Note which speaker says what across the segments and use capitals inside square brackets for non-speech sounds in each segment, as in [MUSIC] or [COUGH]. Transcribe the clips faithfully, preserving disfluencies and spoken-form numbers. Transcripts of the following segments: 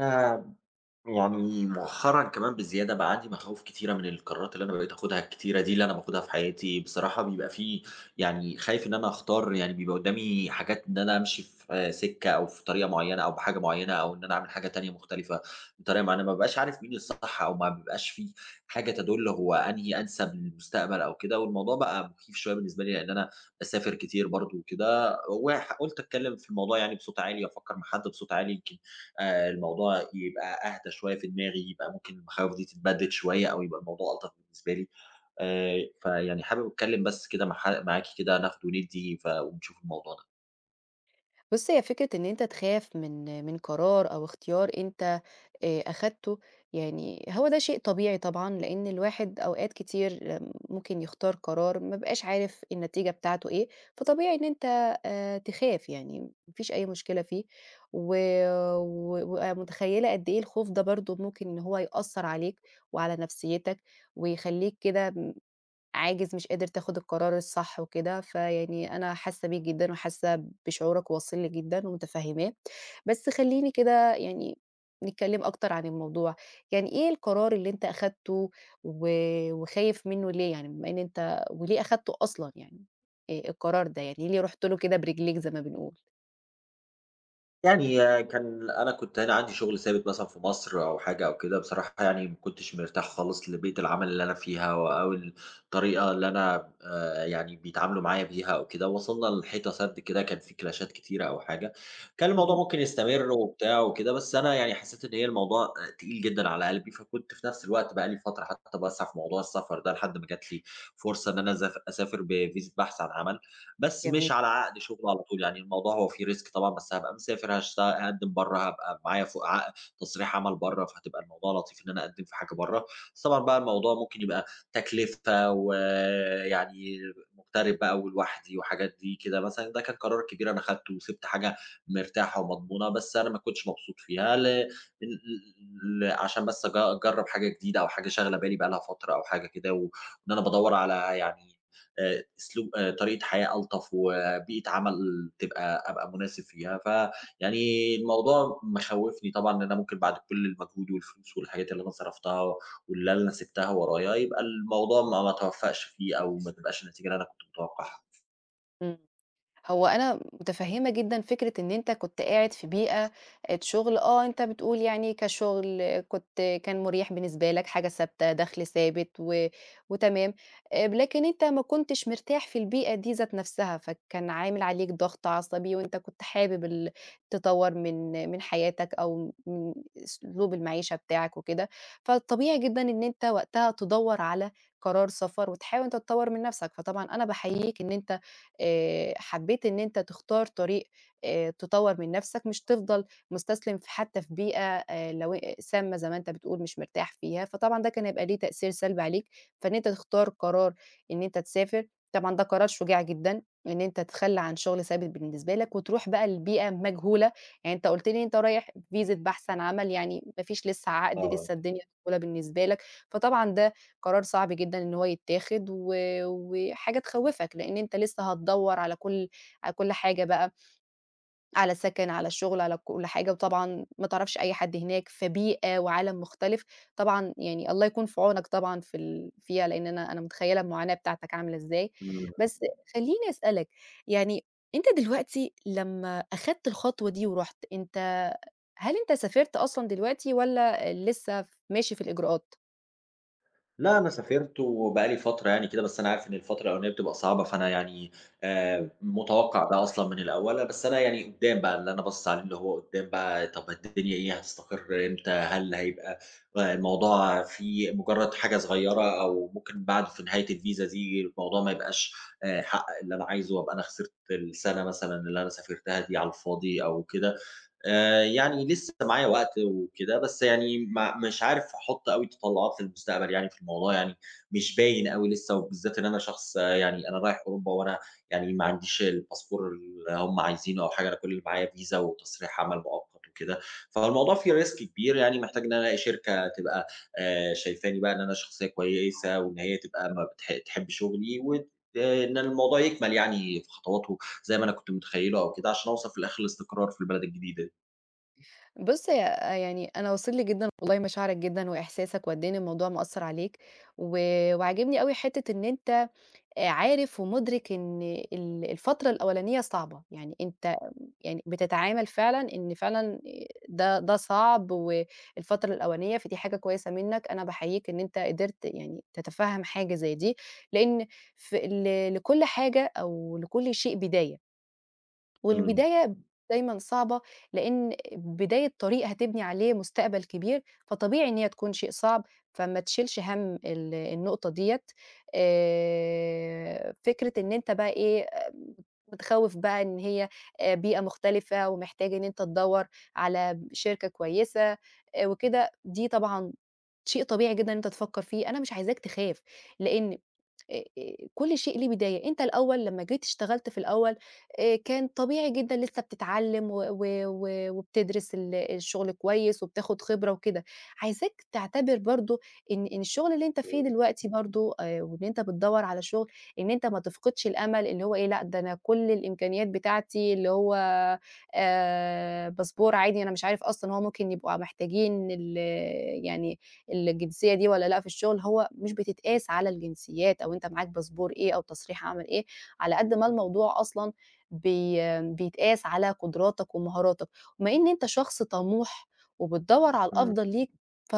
Speaker 1: أنا يعني مؤخرًا كمان بزيادة بقى عندي مخاوف كتيرة من القرارات اللي أنا بقيت آخُدها الكتيرة دي اللي أنا باخُدها في حياتي، بصراحة بيبقى في يعني خايف إن أنا أختار، يعني بيبقى قُدّامي حاجات إن أنا أمشي في آه، سِكّة أو في طريقة معيّنة أو بحاجة معيّنة أو إن أنا أعمل حاجة تانية مختلفة بطريقة معيّنة، ما بابقاش عارف مين الصح أو ما بيبقاش في حاجة تَدُل هو أنهي أنسب للمستقبل أو كده. والموضوع بقى مخيف شوية بالنسبة لي لإن أنا باسافر كتير برضه وكده، وح قُلت أتكلّم في الموضوع يعني بصوت عالي وأفكّر مع حد بصوت عالي، يمكن آآ الموضوع يبقى أهدى شوية في دماغي، يبقى ممكن المخاوف دي تتبدِّل شوية أو يبقى الموضوع ألطف بالنسبة لي. آآ فيعني حابب أتكلّم بس كده مع ح معاكِ كده، ناخد وندّي ف ونشوف الموضوع ده.
Speaker 2: بُص، هي فكرة إن أنت تخاف من من قرار أو اختيار أنت آآ أخدته. يعني هو ده شيء طبيعي طبعًا، لإن الواحد أوقات كتير ممكن يختار قرار ما بيبقاش عارف النتيجة بتاعته إيه، فطبيعي إن أنت آآ تخاف، يعني ما فيش أي مشكلة فيه، و و ومتخيلة قد إيه الخوف ده برضه ممكن إن هو يأثّر عليك وعلى نفسيتك، ويخلّيك كده عاجز، مش قادر تاخد القرار الصح وكده. فيعني أنا حاسة بيك جدًا وحاسة بشعورك واصل لي جدًا ومتفهماه، بس خلّيني كده يعني نتكلم أكتر عن الموضوع. يعني إيه القرار اللي أنت أخدته و وخايف منه ليه يعني؟ بما إن أنت وليه أخدته أصلًا يعني؟ آآ القرار ده يعني ليه رُحت له كده برجليك زي ما بنقول؟
Speaker 1: يعني آه، كان أنا كنت هنا عندي شغل ثابت مثلًا في مصر أو حاجة أو كده، بصراحة يعني ما كنتش مرتاح خالص لبيئة العمل اللي أنا فيها و أو الطريقة اللي أنا آآ يعني بيتعاملوا معايا بيها أو كده. وصلنا لحيطة سد كده، كان في كلاشات كتيرة أو حاجة، كان الموضوع
Speaker 2: اهم،
Speaker 1: ممكن يستمر وبتاع وكده، بس أنا يعني حسيت إن هي الموضوع آآ تقيل جدًا على قلبي، فكنت في نفس الوقت بقى لي فترة حتى باسعى في موضوع السفر ده، لحد ما جات لي فرصة إن أنا أزاف أسافر بفيزا بحث عن عمل. بس
Speaker 2: جميل،
Speaker 1: مش على عقد شغل على طول، يعني الموضوع هو فيه risk طبعًا، بس هابقى مسافر هاشت هاقدّم برّه، هابقى معايا فوق عق تصريح عمل برّه، فهتبقى الموضوع لطيف إن أنا أقدّم في حاجة برّه، بس طبعًا بقى الموضوع ممكن يبقى تكلفة، ويعني مغترب بقى ولوحدي وحاجات دي كده مثلًا. ده كان قرار كبير أنا خدته، وسِبت حاجة مرتاحة ومضمونة، بس أنا ما كنتش مبسوط فيها ل ل ل عشان بس أج أجرّب حاجة جديدة أو حاجة شاغلة بالي بقى لها فترة أو حاجة كده، و- وإن أنا بادوّر على يعني آآ أسلوب آآ طريقة حياة ألطف، وبيئة عمل تبقى أبقى مناسب فيها. فيعني الموضوع مخوّفني طبعًا إن أنا ممكن بعد كل المجهود والفلوس والحاجات اللي أنا صرفتها، واللي أنا سِبتها ورايا، يبقى الموضوع ما ما أتوفّقش فيه أو ما تبقاش النتيجة اللي أنا كنت متوقعها.
Speaker 2: إمم. هو أنا متفهّمة جدًا فكرة إن أنت كنت قاعد في بيئة آآ شغل، آه، أنت بتقول يعني كشغل كنت كان مُريح بالنسبة لك، حاجة ثابتة، دخْل ثابت و وتمام. آآ لكن أنت ما كنتش مرتاح في البيئة دي ذات نَفْسها، فكان عامل عليك ضغْط عصبي، وأنت كنت حابب ال تطوّر من من حياتك أو من أسلوب المعيشة بتاعك وكده. فالطبيعي جدًا إن أنت وقتها تدوّر على قرار سَفَر وتحاول إن أنت تطوّر من نَفْسك. فطبعًا أنا باحييك إن أنت آآ حبّيت إن أنت تختار طريق آآ تطوّر من نَفْسك، مش تفضل مستسلم ف حتّى في بيئة آآ لو أ سامّة زي ما أنت بتقول مش مرتاح فيها، فطبعًا ده كان هيبقى ليه تأثير سلبي عليك. فإن أنت تختار قرار إن أنت تسافر، طبعًا ده قرار شجاع جدًا، إن أنت تتخلّى عن شُغل ثابت بالنسبة لك وتروح بقى لبيئة مجهولة. يعني أنت قُلت لي أنت رايح فيزا بحث عن عمل، يعني ما فيش لسّه عقد،
Speaker 1: آه.
Speaker 2: لسّه الدنيا مجهولة بالنسبة لك. فطبعًا ده قرار صعب جدًا إن هو يتّاخد و وحاجة تخوّفك، لإن أنت لسه هتدوّر على كل على كل حاجة بقى، على سكن، على الشغل، على كل حاجة، وطبعًا ما تعرفش أي حد هناك، فبيئة وعالم مختلف. طبعًا يعني الله يكون في عونك طبعًا في ال فيها، لإن أنا أنا متخيّلة المعاناة بتاعتك عاملة إزاي.
Speaker 1: إمم.
Speaker 2: بس خلّيني أسألك، يعني أنت دلوقتي لمّا أخدت الخطوة دي ورُحت، أنت هل أنت سافرت أصلًا دلوقتي والّا لسه ف ماشي في الإجراءات؟
Speaker 1: لا، أنا سافرت وبقى لي فترة يعني كده، بس أنا عارف إن الفترة الأولانية بتبقى صعبة، فأنا يعني آآ متوقّع ده أصلًا من الأول، بس أنا يعني قُدّام بقى اللي أنا باصص عليه اللي هو قُدّام بقى، طَب الدنيا إيه، هتستقر إمتى، هل هيبقى آآ الموضوع فيه مجرّد حاجة صغيّرة، أو ممكن بعد في نهاية الفيزا دي الموضوع ما يبقاش آآ حقق اللي أنا عايزه، وأبقى أنا خسرت السَنة مثلًا اللي أنا سافرتها دي على الفاضي أو كده. آآ يعني لسه معايا وقت وكده، بس يعني ما مش عارف أحُط أوي تطلُّعات للمستقبل يعني في الموضوع، يعني مش باين أوي لسه، وبالذات إن أنا شخص آه، يعني أنا رايح أوروبا وأنا يعني ما عنديش الباسبور اللي هم عايزينه أو حاجة، أنا كل اللي معايا فيزا وتصريح عمل مؤقت وكده، فالموضوع فيه risk كبير، يعني محتاج إن أنا ألاقي شركة تبقى آآ شايفاني بقى إن أنا شخصية كويسة، وإن هي تبقى ما بتح تحب شغلي وت إن الموضوع يكمل يعني في خطواته زي ما أنا كنت متخيّله أو كده، عشان أوصل في الآخر لاستقرار في البلد الجديدة دي.
Speaker 2: بُص، هي آه، يعني أنا واصل لي جدًا والله مشاعرك جدًا وإحساسك وقد إيه إن الموضوع مأثّر عليك، و وعاجبني أوي حتّة إن أنت آآ عارف ومُدرك إن ال الفترة الأولانية صعبة. يعني أنت يعني بتتعامل فعلًا إن فعلًا آآ ده ده صعب والفترة الأولانية، فدي حاجة كويسة منّك. أنا باحييك إن أنت قدرت يعني تتفهّم حاجة زي دي، لإن في ل لكل حاجة أو لكل شيء بداية.
Speaker 1: إمم.
Speaker 2: والبداية دايمًا صعبة، لإن بداية طريق هتبني عليه مستقبل كبير، فطبيعي إن هي تكون شيء صعب. فما تشيلش هَم ال النقطة ديّة. آآ، فكرة إن أنت بقى إيه، آه، متخوّف بقى إن هي آآ، بيئة مختلفة ومحتاج إن أنت تدوّر على شركة كويسة، آآ، وكده، دي طبعًا شيء طبيعي جدًا إن أنت تفكّر فيه. أنا مش عايزاك تخاف، لإن آآ كل شيء ليه بداية. أنت الأول لمّا جيت اشتغلت في الأول آآ كان طبيعي جدًا لسه بتتعلّم و و و وبتدرس ال الشغل كويس وبتاخد خبرة وكده. عايزاك تعتبر برضه إن إن الشغل اللي أنت فيه
Speaker 1: إمم.
Speaker 2: دلوقتي برضه آآ وإن أنت بتدوّر على شغل، إن أنت ما تفقدش الأمل اللي هو إيه، لأ ده أنا كل الإمكانيات بتاعتي اللي هو آآ باسبور عادي. أنا مش عارف أصلًا هو ممكن يبقوا محتاجين ال يعني الجنسية دي والّا لأ في الشغل. هو مش بتتقاس على الجنسيات أو أنت معاك باسبور إيه أو تصريح عمل إيه، على قد ما الموضوع أصلًا بي بيتقاس على قدراتك ومهاراتك. وبما إن أنت شخص طموح وبتدوّر على
Speaker 1: إمم.
Speaker 2: الأفضل ليك، ف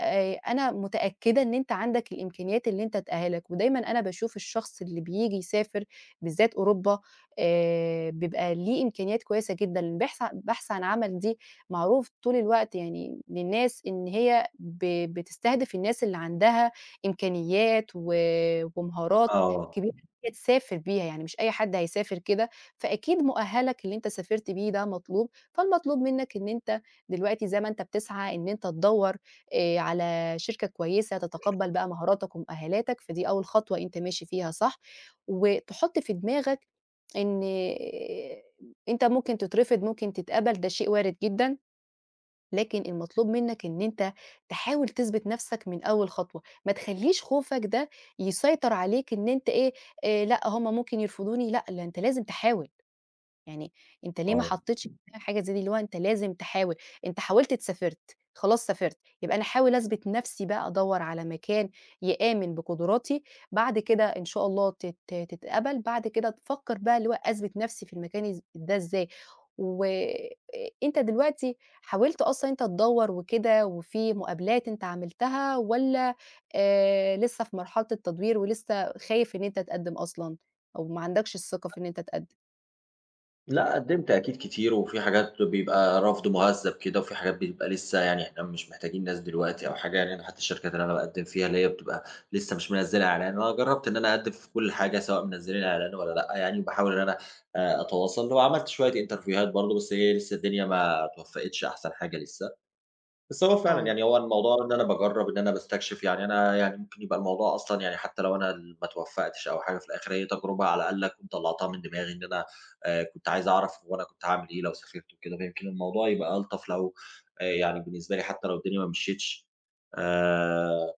Speaker 2: آآ أنا متأكدة إن أنت عندك الإمكانيات اللي أنت تأهّلك. ودايمًا أنا باشوف الشخص اللي بييجي يسافر بالذات أوروبا آآ بيبقى ليه إمكانيات كويسة جدًا. البحث ع البحث عن عمل دي معروف طول الوقت يعني للناس إن هي ب بتستهدف الناس اللي عندها إمكانيات و ومهارات
Speaker 1: آه.
Speaker 2: كبيرة إن هي تسافر بيها، يعني مش أي حد هيسافر كده. فأكيد مؤهّلك اللي أنت سافرت بيه ده مطلوب. فالمطلوب منّك إن أنت دلوقتي زي ما أنت بتسعى إن أنت تدوّر آآ على شركة كويسة تتقبّل بقى مهاراتك ومؤهّلاتك، فدي أول خطوة أنت ماشي فيها صح. وتحُط في دماغك إن آه، أنت ممكن تترفض، ممكن تتقبل، ده شيء وارد جدًا، لكن المطلوب منك إن أنت تحاول تثبت نفسك من أول خطوة، ما تخلّيش خوفك ده يسيطر عليك إن أنت إيه، آآ لأ هم ممكن يرفضوني. لأ، لأ أنت لازم تحاول. يعني أنت ليه ما
Speaker 1: آه.
Speaker 2: حطّيتش حاجة زي دي، اللي هو أنت لازم تحاول، أنت حاولت سافرت، خلاص سافرت، يبقى أنا أحاول أثبت نَفْسي بقى، أدوّر على مكان يآمن بقدراتي، بعد كده إن شاء الله تت تتقبل، بعد كده تفكّر بقى اللي هو أثبت نَفْسي في المكان إز ده إزاي. و آآ أنت دلوقتي حاولت أصلًا أنت تدوّر وكده وفي مقابلات أنت عملتها، والّا آآ لسه في مرحلة التدوير ولسه خايف إن أنت تقدّم أصلًا أو ما عندكش الثقة في إن أنت تقدّم؟
Speaker 1: لأ، قدّمت أكيد كتير، وفي حاجات بيبقى رفض مهذّب كده، وفي حاجات بتبقى لسه يعني إحنا مش محتاجين ناس دلوقتي أو حاجة، يعني أنا حتى الشركات اللي أنا باقدّم فيها اللي هي بتبقى لسه مش منزّلة إعلان، أنا جرّبت إن أنا أقدّم في كل حاجة سواء منزّلين إعلان والّا لأ يعني، وباحاول إن أنا آآ أتواصل، وعملت شوية انترفيوهات برضه، بس هي لسه الدنيا ما اتوفّقتش أحسن حاجة لسه. بس هو فعلًا
Speaker 2: آه.
Speaker 1: يعني هو الموضوع إن أنا باجرّب، إن أنا باستكشف، يعني أنا يعني ممكن يبقى الموضوع أصلًا يعني حتى لو أنا ال ما اتوفّقتش أو حاجة في الآخر، هي تجربة على الأقل كنت طلّعتها من دماغي إن أنا آآ كنت عايز أعرف هو أنا كنت هاعمل إيه لو سافرت وكده، فيمكن الموضوع يبقى ألطف لو آآ يعني بالنسبة لي حتى لو الدنيا ما مشيتش. آآ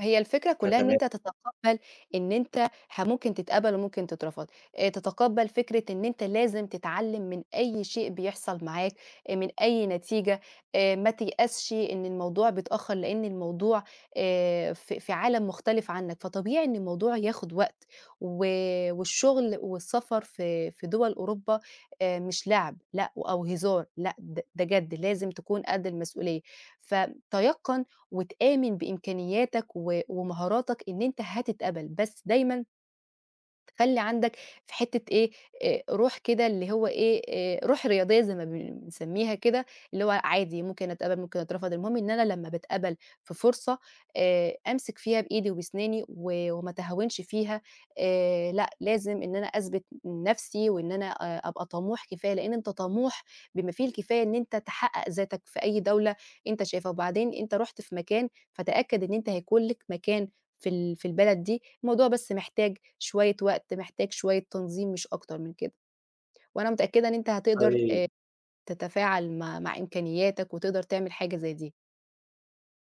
Speaker 2: هي الفكرة كلّها إن
Speaker 1: فتمام.
Speaker 2: أنت تتقبّل إن أنت ح ممكن تتقبل وممكن تترفض. آآ تتقبّل فكرة إن أنت لازم تتعلّم من أي شيء بيحصل معاك، آآ من أي نتيجة. آآ ما تيأسش إن الموضوع بيتأخّر، لإن الموضوع آآ في في عالم مختلف عنّك، فطبيعي إن الموضوع ياخُد وقت. و والشغل والسفر في في دُوَل أوروبا آآ مش لعب لأ، أو هزار لأ، د ده جَد لازم تكون قد المسؤولية. فتيقّن وتآمن بإمكانياتك و ومهاراتك إن أنت هتتقبل، بس دايمًا تخلّي عندك في حتّة إيه، آآ روح كده اللي هو إيه، آآ روح رياضية زي ما بن بنسمّيها كده، اللي هو عادي ممكن أتقبل، ممكن أترفض. المهم إن أنا لمّا باتقبل في فرصة آآ أمسك فيها بإيدي وبسناني و وما أتهاونش فيها. آآ لأ، لازم إن أنا أثبت نَفْسي وإن أنا أ أبقى طموح كفاية، لإن أنت طموح بما فيه الكفاية إن أنت تحقق ذاتك في أي دولة أنت شايفها. وبعدين أنت رُحت في مكان، فتأكد إن أنت هيكون لك مكان في ال في البلد دي. الموضوع بس محتاج شوية وقت، محتاج شوية تنظيم مش أكتر من كده. وأنا متأكدة إن أنت هتقدر
Speaker 1: [UNINTELLIGIBLE]
Speaker 2: تتفاعل مع مع إمكانياتك وتقدر تعمل حاجة زي دي.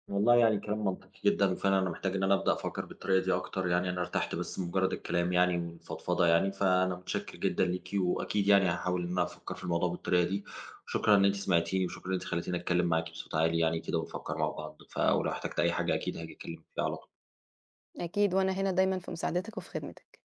Speaker 1: والله يعني كلام منطقي جدًا، وفعلًا أنا محتاج إن أنا أبدأ أفكّر بالطريقة دي أكتر، يعني أنا ارتحت بس مجرد الكلام يعني والفضفضة يعني، فأنا متشكر جدًا ليكِ، وأكيد يعني هاحاول إن أنا أفكّر في الموضوع بالطريقة دي، وشكرًا إن أنتِ سمعتيني، وشكرًا إن أنتِ خلّيتيني أتكلّم معاكِ بصوت عالي يعني كده، ونفكّر مع بعض، فلو احتجت أي حاجة أكيد هاجي أكلّمِك فيها على طول.
Speaker 2: أكيد، وأنا هنا دايمًا في مساعدتك وفي خدمتك.